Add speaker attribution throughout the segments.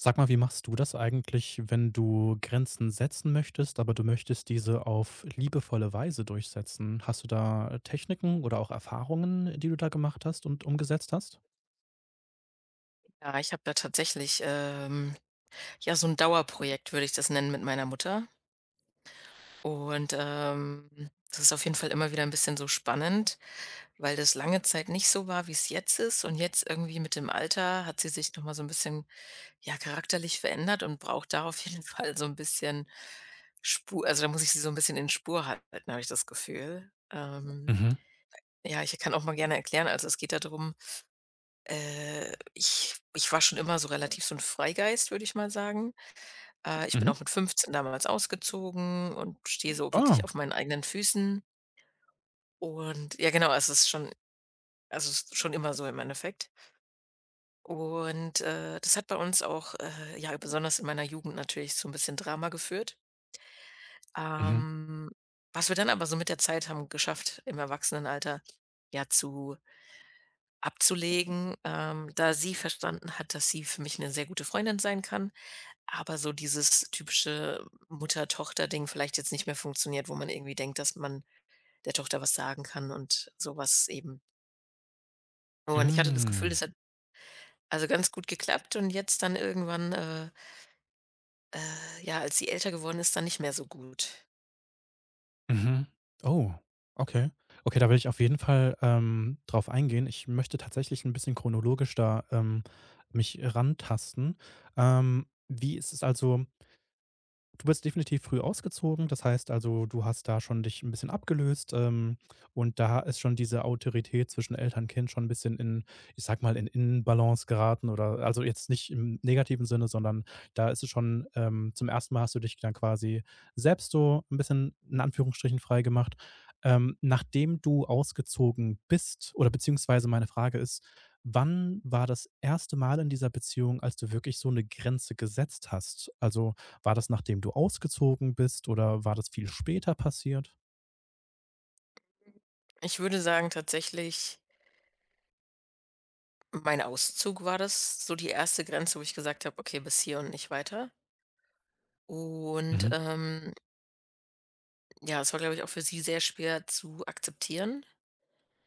Speaker 1: Sag mal, wie machst du das eigentlich, wenn du Grenzen setzen möchtest, aber du möchtest diese auf liebevolle Weise durchsetzen? Hast du da Techniken oder auch Erfahrungen, die du da gemacht hast und umgesetzt hast?
Speaker 2: Ja, ich habe da tatsächlich, ja, so ein Dauerprojekt, würde ich das nennen, mit meiner Mutter. Und, ähm, Das ist auf jeden Fall immer wieder ein bisschen so spannend, weil das lange Zeit nicht so war, wie es jetzt ist. Und jetzt irgendwie mit dem Alter hat sie sich noch mal so ein bisschen, ja, charakterlich verändert und braucht da auf jeden Fall so ein bisschen Spur. Also, da muss ich sie so ein bisschen in Spur halten, habe ich das Gefühl.
Speaker 1: Mhm.
Speaker 2: Ja, ich kann auch mal gerne erklären, also, es geht darum. Ich war schon immer so relativ so ein Freigeist, würde ich mal sagen. Ich bin
Speaker 1: Mhm.
Speaker 2: auch mit 15 damals ausgezogen und stehe so wirklich
Speaker 1: Ah.
Speaker 2: auf meinen eigenen Füßen. Und ja, genau, es ist schon, also, es ist schon immer so im Endeffekt. Und das hat bei uns auch, ja, besonders in meiner Jugend natürlich zu ein bisschen Drama geführt.
Speaker 1: Mhm.
Speaker 2: Ähm, Was wir dann aber so mit der Zeit haben geschafft, im Erwachsenenalter, ja, zu abzulegen, da sie verstanden hat, dass sie für mich eine sehr gute Freundin sein kann. Aber so dieses typische Mutter-Tochter-Ding vielleicht jetzt nicht mehr funktioniert, wo man irgendwie denkt, dass man der Tochter was sagen kann und sowas eben. Oh, und ich hatte das Gefühl,
Speaker 1: Hm.
Speaker 2: das hat also ganz gut geklappt und jetzt dann irgendwann, ja, als sie älter geworden ist, dann nicht mehr so gut.
Speaker 1: Mhm. Oh, okay. Okay, da will ich auf jeden Fall, drauf eingehen. Ich möchte tatsächlich ein bisschen chronologisch da, mich rantasten. Ähm, wie ist es also du bist definitiv früh ausgezogen. Das heißt also, du hast da schon dich ein bisschen abgelöst, und da ist schon diese Autorität zwischen Eltern und Kind schon ein bisschen in, ich sag mal, in Inbalance geraten, oder also jetzt nicht im negativen Sinne, sondern da ist es schon, ähm, zum ersten Mal hast du dich dann quasi selbst so ein bisschen in Anführungsstrichen frei gemacht. Nachdem du ausgezogen bist, oder beziehungsweise meine Frage ist, wann war das erste Mal in dieser Beziehung, als du wirklich so eine Grenze gesetzt hast? Also, war das, nachdem du ausgezogen bist, oder war das viel später passiert?
Speaker 2: Ich würde sagen, tatsächlich, mein Auszug war das, so die erste Grenze, wo ich gesagt habe: „Okay, bis hier und nicht weiter.“ Und,
Speaker 1: Mhm.
Speaker 2: ähm, ja, es war, glaube ich, auch für sie sehr schwer zu akzeptieren.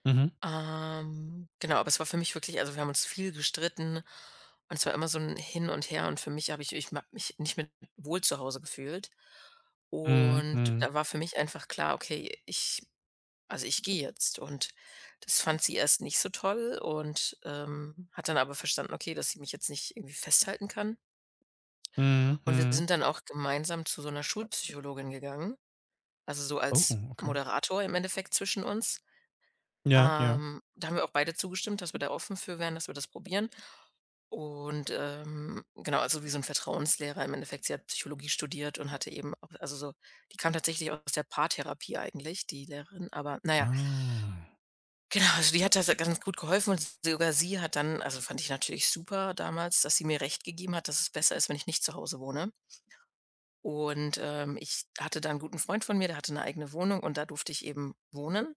Speaker 1: Mhm.
Speaker 2: Genau, aber es war für mich wirklich, also, wir haben uns viel gestritten und es war immer so ein Hin und Her und für mich habe ich, habe mich nicht mit wohl zu Hause gefühlt.
Speaker 1: Mhm.
Speaker 2: Und
Speaker 1: Mhm.
Speaker 2: da war für mich einfach klar: „Okay, ich, also, ich gehe jetzt.“ Und das fand sie erst nicht so toll und, hat dann aber verstanden, okay, dass sie mich jetzt nicht irgendwie festhalten kann.
Speaker 1: Mhm.
Speaker 2: Und wir
Speaker 1: Mhm.
Speaker 2: sind dann auch gemeinsam zu so einer Schulpsychologin gegangen, also, so
Speaker 1: Oh,
Speaker 2: als
Speaker 1: okay.
Speaker 2: Moderator im Endeffekt zwischen uns.
Speaker 1: Ja, ja.
Speaker 2: Da haben wir auch beide zugestimmt, dass wir da offen für wären, dass wir das probieren. Genau, also wie so ein Vertrauenslehrer im Endeffekt. Sie hat Psychologie studiert und hatte eben auch, also so, die kam tatsächlich aus der Paartherapie eigentlich, die Lehrerin, aber na ja.
Speaker 1: Ah.
Speaker 2: Genau, also die hat da so ganz gut geholfen und sogar, sie hat dann, also, fand ich natürlich super damals, dass sie mir recht gegeben hat, dass es besser ist, wenn ich nicht zu Hause wohne. Und ich hatte da 'n guten Freund von mir, der hatte eine eigene Wohnung und da durfte ich eben wohnen.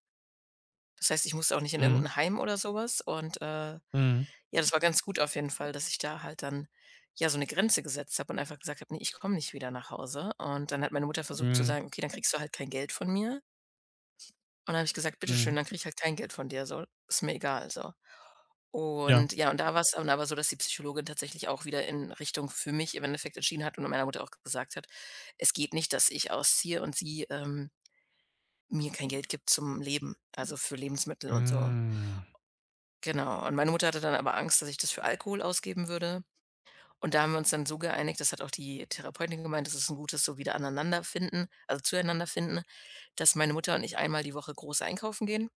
Speaker 2: Das heißt, ich musste auch nicht in
Speaker 1: Mhm.
Speaker 2: irgend Heim oder sowas und,
Speaker 1: Mhm.
Speaker 2: ja, das war ganz gut auf jeden Fall, dass ich da halt dann, ja, so 'ne Grenze gesetzt habe und einfach gesagt habe: „Ne, ich komme nicht wieder nach Hause.“ Und dann hat meine Mutter versucht zu
Speaker 1: Mhm.
Speaker 2: sagen: „Okay, dann kriegst du halt kein Geld von mir.“ Und dann habe ich gesagt: „Bitte schön,
Speaker 1: Mhm.
Speaker 2: dann kriege ich halt kein Geld von dir, so. Ist mir egal“, so.
Speaker 1: Ja.
Speaker 2: Und ja, und da war's dann aber so, dass die Psychologin tatsächlich auch wieder in Richtung für mich im Endeffekt entschieden hat und meiner Mutter auch gesagt hat: „Es geht nicht, dass ich ausziehe und sie, mir kein Geld gibt zum Leben, also für Lebensmittel und so.“
Speaker 1: Mhm.
Speaker 2: Genau. Und meine Mutter hatte dann aber Angst, dass ich das für Alkohol ausgeben würde. Und da haben wir uns dann so geeinigt, das hat auch die Therapeutin gemeint, das ist ein gutes so wieder aneinanderfinden, also, zueinander finden, dass meine Mutter und ich einmal die Woche groß einkaufen gehen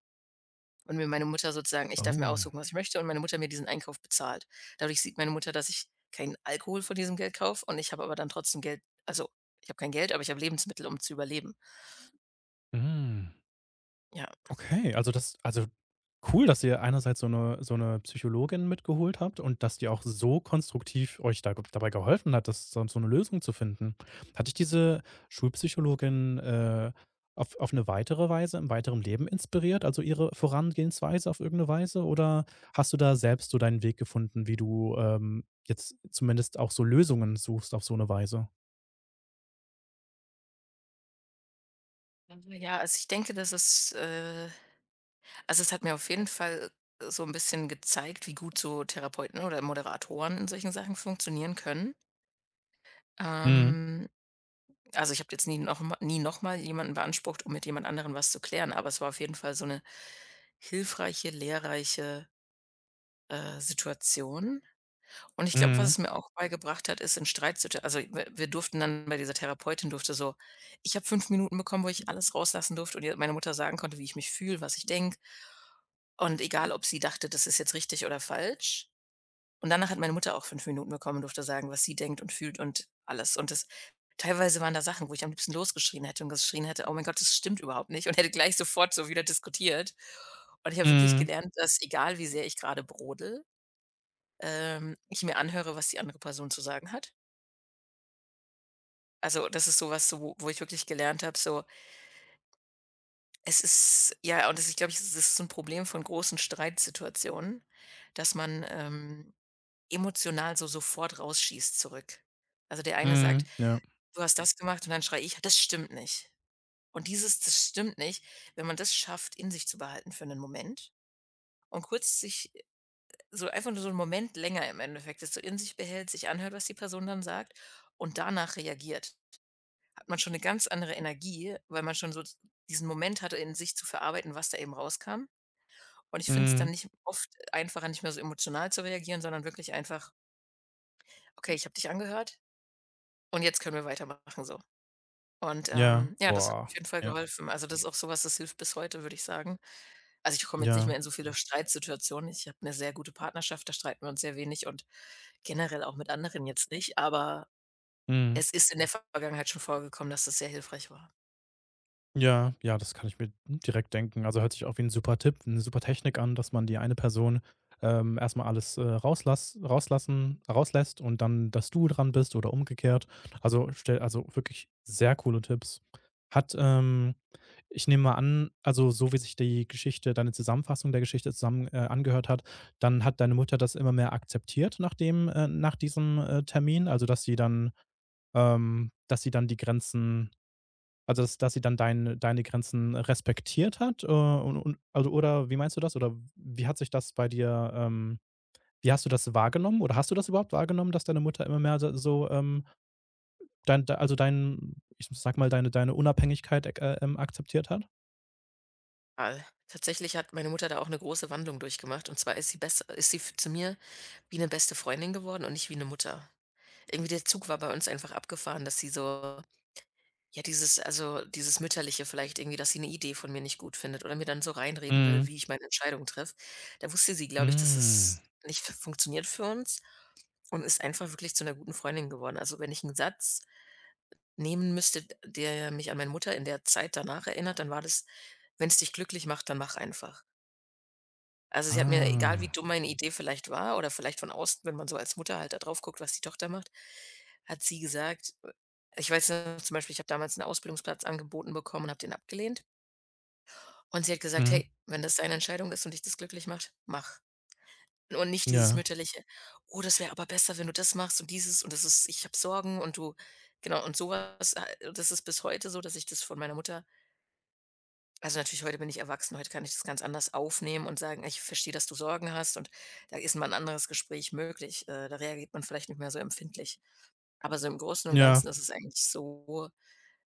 Speaker 2: und mir meine Mutter sozusagen, ich darf mir
Speaker 1: Oh.
Speaker 2: aussuchen, was ich möchte und meine Mutter mir diesen Einkauf bezahlt. Dadurch sieht meine Mutter, dass ich keinen Alkohol von diesem Geld kaufe und ich habe aber dann trotzdem Geld, also, ich habe kein Geld, aber ich habe Lebensmittel, um zu überleben.
Speaker 1: Mhm.
Speaker 2: Ja.
Speaker 1: Okay, also das, also cool, dass ihr einerseits so eine, so eine Psychologin mitgeholt habt und dass die auch so konstruktiv euch da dabei geholfen hat, das, so so 'ne Lösung zu finden. Hat dich diese Schulpsychologin, auf eine weitere Weise im weiteren Leben inspiriert, also ihre Vorangehensweise auf irgendeine Weise? Oder hast du da selbst so deinen Weg gefunden, wie du, jetzt zumindest auch so Lösungen suchst auf so eine Weise?
Speaker 2: Also, ja, also, ich denke, dass es, also, es hat mir auf jeden Fall so ein bisschen gezeigt, wie gut so Therapeuten oder Moderatoren in solchen Sachen funktionieren können.
Speaker 1: Mhm.
Speaker 2: Ähm, also, ich habe jetzt nie noch mal jemanden beansprucht, um mit jemand anderem was zu klären, aber es war auf jeden Fall so eine hilfreiche, lehrreiche, Situation. Und ich glaube, was
Speaker 1: Mhm.
Speaker 2: es mir auch beigebracht hat, ist in Streitsituat also, wir durften dann bei dieser Therapeutin durfte so, ich habe 5 Minuten bekommen, wo ich alles rauslassen durfte und ihr meine Mutter sagen konnte, wie ich mich fühle, was ich denke. Und egal, ob sie dachte, das ist jetzt richtig oder falsch. Und danach hat meine Mutter auch 5 Minuten bekommen und durfte sagen, was sie denkt und fühlt und alles. Und das, teilweise waren da Sachen, wo ich am liebsten losgeschrien hätte und geschrien hätte: „Oh mein Gott, das stimmt überhaupt nicht“, und hätte gleich sofort so wieder diskutiert. Und ich habe wirklich
Speaker 1: Mhm.
Speaker 2: gelernt, dass egal wie sehr ich gerade brodel, ich mir anhöre, was die andere Person zu sagen hat. Also, das ist sowas, so wo ich wirklich gelernt habe, so es ist ja, und das ist, glaube ich, das ist so ein Problem von großen Streitsituationen, dass man, emotional so sofort rausschießt zurück. Also, der eine sagt:
Speaker 1: Mhm. Ja.
Speaker 2: „Du hast das gemacht“, und dann schreie ich: „Das stimmt nicht.“ Und dieses „Das stimmt nicht“, wenn man das schafft, in sich zu behalten für einen Moment und kurz sich so einfach nur so einen Moment länger im Endeffekt das so in sich behält, sich anhört, was die Person dann sagt und danach reagiert, hat man schon eine ganz andere Energie, weil man schon so diesen Moment hatte, in sich zu verarbeiten, was da eben rauskam. Und ich finde es dann
Speaker 1: Mhm.
Speaker 2: nicht oft einfacher, nicht mehr so emotional zu reagieren, sondern wirklich einfach: „Okay, ich habe dich angehört. Und jetzt können wir weitermachen so.
Speaker 1: Ja.
Speaker 2: Ja, das hat
Speaker 1: Boah.
Speaker 2: auf jeden Fall
Speaker 1: Ja.
Speaker 2: geholfen. Also, das ist auch so was, das hilft bis heute, würde ich sagen. Also, ich komme jetzt nicht
Speaker 1: Ja,
Speaker 2: mehr in so viele Streitsituationen. Ich habe eine sehr gute Partnerschaft, da streiten wir uns sehr wenig und generell auch mit anderen jetzt nicht, aber
Speaker 1: mhm.
Speaker 2: es ist in der Vergangenheit schon vorgekommen, dass das sehr hilfreich war.
Speaker 1: Ja, ja, das kann ich mir direkt denken. Also, hört sich auch wie ein super Tipp, eine super Technik an, dass man die eine Person, erst mal alles, rauslass rauslassen rauslässt und dann, dass du dran bist oder umgekehrt. Also, wirklich sehr coole Tipps. Hat, ähm ich nehme mal an, also, so wie sich die Geschichte deine Zusammenfassung der Geschichte zusammen, angehört hat, dann hat deine Mutter das immer mehr akzeptiert nach dem, nach diesem, Termin? Also, dass sie dann, dass sie dann die Grenzen, also dass, sie dann deine Grenzen respektiert hat, und also, oder wie meinst du das? Oder wie hat sich das bei dir, wie hast du das wahrgenommen oder hast du das überhaupt wahrgenommen, dass deine Mutter immer mehr so, so, dein d also, dein ich sage mal, deine Unabhängigkeit, akzeptiert hat?
Speaker 2: Al Tatsächlich hat meine Mutter da auch eine große Wandlung durchgemacht und zwar ist sie besser, ist sie f zu mir wie eine beste Freundin geworden und nicht wie eine Mutter. Irgendwie der Zug war bei uns einfach abgefahren, dass sie so, ja, dieses, also, dieses Mütterliche vielleicht irgendwie, dass sie eine Idee von mir nicht gut findet oder mir dann so reinreden will, wie
Speaker 1: Mhm.
Speaker 2: ich meine Entscheidung treffe. Da wusste sie, glaube ich, dass
Speaker 1: Hm.
Speaker 2: es nicht f funktioniert für uns und ist einfach wirklich zu einer guten Freundin geworden. Also, wenn ich einen Satz nehmen müsste, der mich an meine Mutter in der Zeit danach erinnert, dann war das: wenn es dich glücklich macht, dann mach einfach.“ Also, sie hat mir, egal wie
Speaker 1: Ah.
Speaker 2: dumm meine Idee vielleicht war oder vielleicht von außen, wenn man so als Mutter halt da drauf guckt, was die Tochter macht, hat sie gesagt, ich weiß noch, zum Beispiel, ich habe damals einen Ausbildungsplatz angeboten bekommen und habe den abgelehnt. Und sie hat gesagt:
Speaker 1: Mhm.
Speaker 2: „Hey, wenn das deine Entscheidung ist und dich das glücklich macht, mach.“ Und nicht dieses
Speaker 1: Ja.
Speaker 2: mütterliche: „Oh, das wäre aber besser, wenn du das machst und dieses und das ist, ich habe Sorgen und du“, genau, und sowas. Das ist bis heute so, dass ich das von meiner Mutter, also, natürlich heute bin ich erwachsen, heute kann ich das ganz anders aufnehmen und sagen: „Ich verstehe, dass du Sorgen hast“, und da ist mal ein anderes Gespräch möglich. Da reagiert man vielleicht nicht mehr so empfindlich. Aber so im Großen und
Speaker 1: Ja.
Speaker 2: Ganzen ist es eigentlich so,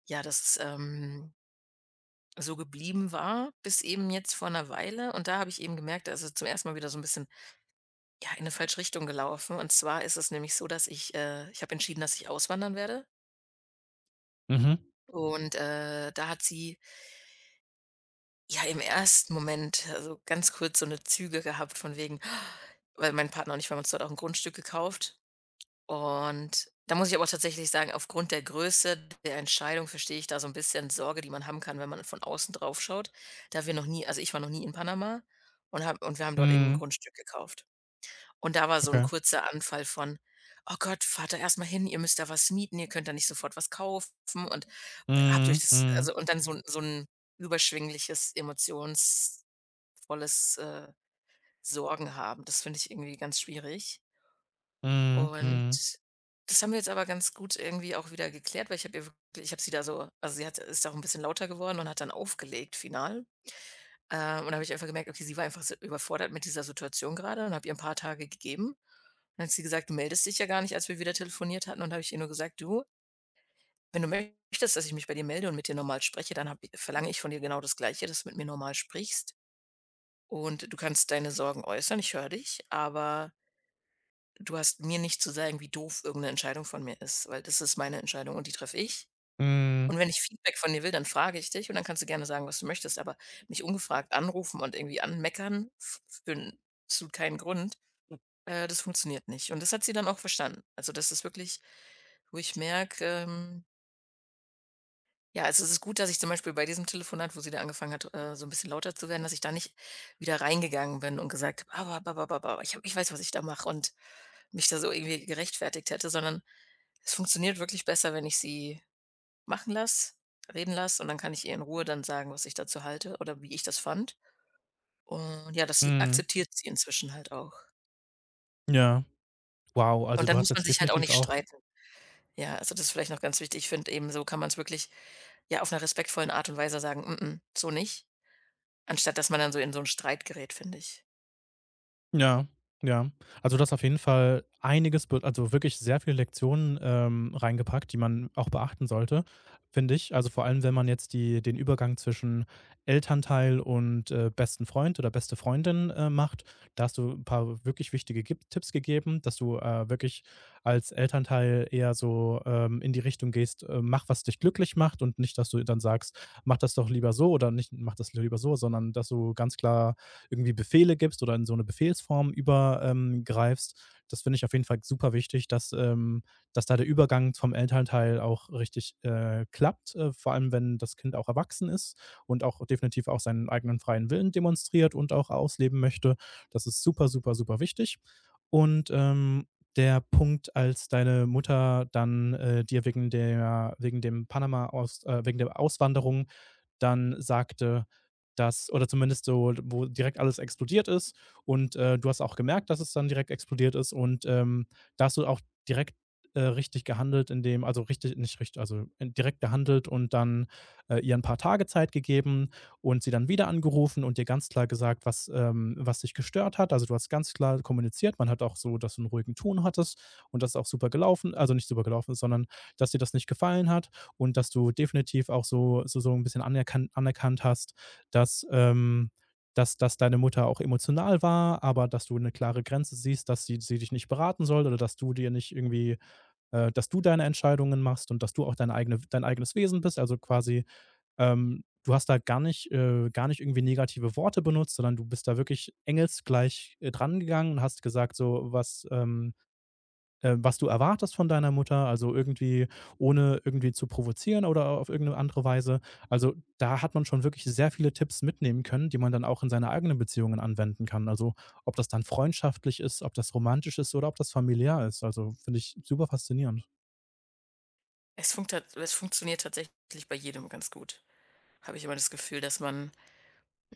Speaker 2: ja, dass es, so geblieben war bis eben jetzt vor einer Weile. Und da habe ich eben gemerkt, also zum ersten Mal wieder so ein bisschen, ja, in eine falsche Richtung gelaufen. Und zwar ist es nämlich so, dass ich, ich habe entschieden, dass ich auswandern werde.
Speaker 1: Mhm.
Speaker 2: Und da hat sie, ja, im ersten Moment, also ganz kurz so 'ne Züge gehabt von wegen, weil mein Partner und ich, wir haben uns dort auch 'n Grundstück gekauft. Und da muss ich aber tatsächlich sagen, aufgrund der Größe der Entscheidung verstehe ich da so 'n bisschen Sorge, die man haben kann, wenn man von außen drauf schaut. Da wir noch nie also ich war noch nie in Panama und habe und wir haben dort eben 'n
Speaker 1: Mhm.
Speaker 2: Grundstück gekauft. Und da war so 'n
Speaker 1: Okay.
Speaker 2: kurzer Anfall von: „Oh Gott, fahrt da erst mal hin, ihr müsst da was mieten, ihr könnt da nicht sofort was kaufen und habt ihr euch
Speaker 1: Mhm.
Speaker 2: das“
Speaker 1: Mhm.
Speaker 2: also, und dann so 'n überschwingliches, emotionsvolles, äh, Sorgen haben. Das finde ich irgendwie ganz schwierig.
Speaker 1: Mhm.
Speaker 2: Und
Speaker 1: Mhm.
Speaker 2: das haben wir jetzt aber ganz gut irgendwie auch wieder geklärt, weil ich habe ihr wirklich ich habe sie da so also, sie hat ist da auch 'n bisschen lauter geworden und hat dann aufgelegt final. Und da habe ich einfach gemerkt, okay, sie war einfach so überfordert mit dieser Situation gerade und habe ihr ein paar Tage gegeben. Dann hat sie gesagt: „Du meldest dich ja gar nicht“, als wir wieder telefoniert hatten. Und habe ich ihr nur gesagt: „Du, wenn du möchtest, dass ich mich bei dir melde und mit dir normal spreche, dann habe verlange ich von dir genau das Gleiche, dass du mit mir normal sprichst. Und du kannst deine Sorgen äußern, ich höre dich, aber du hast mir nicht zu sagen, wie doof irgendeine Entscheidung von mir ist, weil das ist meine Entscheidung und die treffe ich.“ Und
Speaker 1: Mhm.
Speaker 2: wenn ich Feedback von dir will, dann frage ich dich und dann kannst du gerne sagen, was du möchtest, aber mich ungefragt anrufen und irgendwie anmeckern f für 'n absolut keinen Grund, das funktioniert nicht. Und das hat sie dann auch verstanden. Also, das ist wirklich wo ich merke, ja, also, es ist gut, dass ich zum Beispiel bei diesem Telefonat, wo sie da angefangen hat, so ein bisschen lauter zu werden, dass ich da nicht wieder reingegangen bin und gesagt habe: „Ah, ba ba ba ich habe ich weiß, was ich da mache“, und mich da so irgendwie gerechtfertigt hätte, sondern es funktioniert wirklich besser, wenn ich sie machen lasse, reden lasse und dann kann ich ihr in Ruhe dann sagen, was ich dazu halte oder wie ich das fand. Und ja, das
Speaker 1: Mhm.
Speaker 2: akzeptiert sie inzwischen halt auch.
Speaker 1: Ja. Wow, also
Speaker 2: Und
Speaker 1: du
Speaker 2: dann
Speaker 1: hast
Speaker 2: muss man
Speaker 1: jetzt
Speaker 2: sich halt auch
Speaker 1: definitiv
Speaker 2: nicht
Speaker 1: auch
Speaker 2: streiten. Ja, also, das ist vielleicht noch ganz wichtig. Ich finde eben, so kann man es wirklich, ja, auf einer respektvollen Art und Weise sagen: „Mm mm, so nicht“, anstatt dass man dann so in so 'n Streit gerät, finde ich.
Speaker 1: ja, ja, also das auf jeden Fall einiges be also, wirklich sehr viele Lektionen, reingepackt, die man auch beachten sollte, finde ich. Also, vor allem, wenn man jetzt die den Übergang zwischen Elternteil und, besten Freund oder beste Freundin, macht. Da hast du ein paar wirklich wichtige Gib Tipps gegeben, dass du, wirklich als Elternteil eher so, in die Richtung gehst, mach, was dich glücklich macht, und nicht, dass du dann sagst: „Mach das doch lieber so“ oder nicht: „Mach das lieber so“, sondern dass du ganz klar irgendwie Befehle gibst oder in so eine Befehlsform übergreifst. Das finde ich auf jeden Fall super wichtig, dass, dass da der Übergang vom Elternteil auch richtig, klappt, vor allem, wenn das Kind auch erwachsen ist und auch definitiv auch seinen eigenen freien Willen demonstriert und auch ausleben möchte. Das ist super, super, super wichtig. Und, der Punkt, als deine Mutter dann, dir wegen dem Panama aus wegen der Auswanderung dann sagte, dass, oder zumindest so, wo direkt alles explodiert ist, und, du hast auch gemerkt, dass es dann direkt explodiert ist, und, da hast du auch direkt, richtig gehandelt, in dem, also richtig, nicht richtig, also in- direkt gehandelt und dann, ihr ein paar Tage Zeit gegeben und sie dann wieder angerufen und dir ganz klar gesagt, was, was dich gestört hat. Also, du hast ganz klar kommuniziert. Man hat auch so, dass du 'n ruhigen Ton hattest und das ist auch super gelaufen, also nicht super gelaufen ist, sondern dass dir das nicht gefallen hat und dass du definitiv auch so, so, so ein bisschen anerkannt, anerkannt hast, dass, dass, dass deine Mutter auch emotional war, aber dass du eine klare Grenze siehst, dass sie dich nicht beraten soll oder dass du dir nicht irgendwie, dass du deine Entscheidungen machst und dass du auch eigene, dein eigenes Wesen bist. Also quasi, du hast da gar nicht irgendwie negative Worte benutzt, sondern du bist da wirklich engelsgleich, dran gegangen und hast gesagt, so was, was du erwartest von deiner Mutter, also irgendwie ohne irgendwie zu provozieren oder auf irgendeine andere Weise. Also da hat man schon wirklich sehr viele Tipps mitnehmen können, die man dann auch in seine eigenen Beziehungen anwenden kann. Also ob das dann freundschaftlich ist, ob das romantisch ist oder ob das familiär ist. Also finde ich super faszinierend.
Speaker 2: Es funktioniert tatsächlich bei jedem ganz gut, habe ich immer das Gefühl, dass man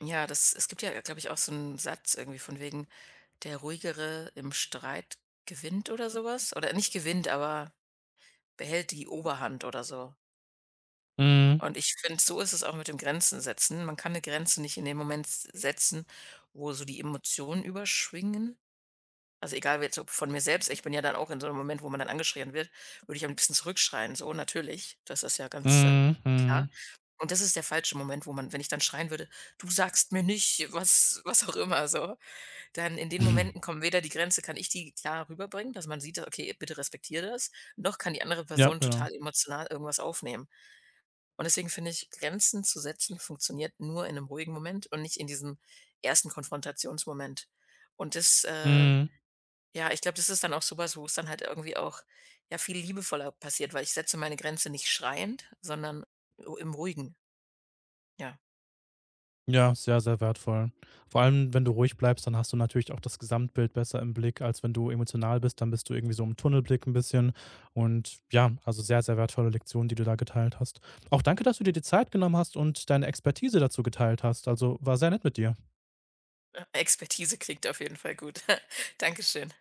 Speaker 2: ja, das es gibt ja, glaube ich, auch so einen Satz irgendwie von wegen: „Der Ruhigere im Streit gewinnt“ oder sowas. Oder nicht gewinnt, aber behält die Oberhand oder so.
Speaker 1: Mhm.
Speaker 2: Und ich finde, so ist es auch mit dem Grenzen setzen. Man kann eine Grenze nicht in dem Moment s setzen, wo so die Emotionen überschwingen. Also, egal jetzt ob von mir selbst, ich bin ja dann auch in so einem Moment, wo man dann angeschrien wird, würde ich am liebsten zurückschreien, so natürlich. Das ist ja ganz,
Speaker 1: Mhm.
Speaker 2: klar.
Speaker 1: Mhm.
Speaker 2: Und das ist der falsche Moment, wo man wenn ich dann schreien würde: „Du sagst mir nicht“ was was auch immer so. Dann in den Momenten kommen weder die Grenze kann ich die klar rüberbringen, dass man sieht, okay, bitte respektiere das, noch kann die andere
Speaker 1: Ja,
Speaker 2: Person
Speaker 1: genau.
Speaker 2: total emotional irgendwas aufnehmen. Und deswegen finde ich, Grenzen zu setzen funktioniert nur in einem ruhigen Moment und nicht in diesem ersten Konfrontationsmoment. Und das,
Speaker 1: Mhm.
Speaker 2: ja, ich glaube, das ist dann auch sowas, wo es dann halt irgendwie auch, ja, viel liebevoller passiert, weil ich setze meine Grenze nicht schreiend, sondern im Ruhigen. Ja,
Speaker 1: Ja, sehr, sehr wertvoll. Vor allem, wenn du ruhig bleibst, dann hast du natürlich auch das Gesamtbild besser im Blick, als wenn du emotional bist, dann bist du irgendwie so im Tunnelblick ein bisschen. Und ja, also sehr, sehr wertvolle Lektion, die du da geteilt hast. Auch danke, dass du dir die Zeit genommen hast und deine Expertise dazu geteilt hast. Also, war sehr nett mit dir.
Speaker 2: Expertise klingt auf jeden Fall gut. Dankeschön.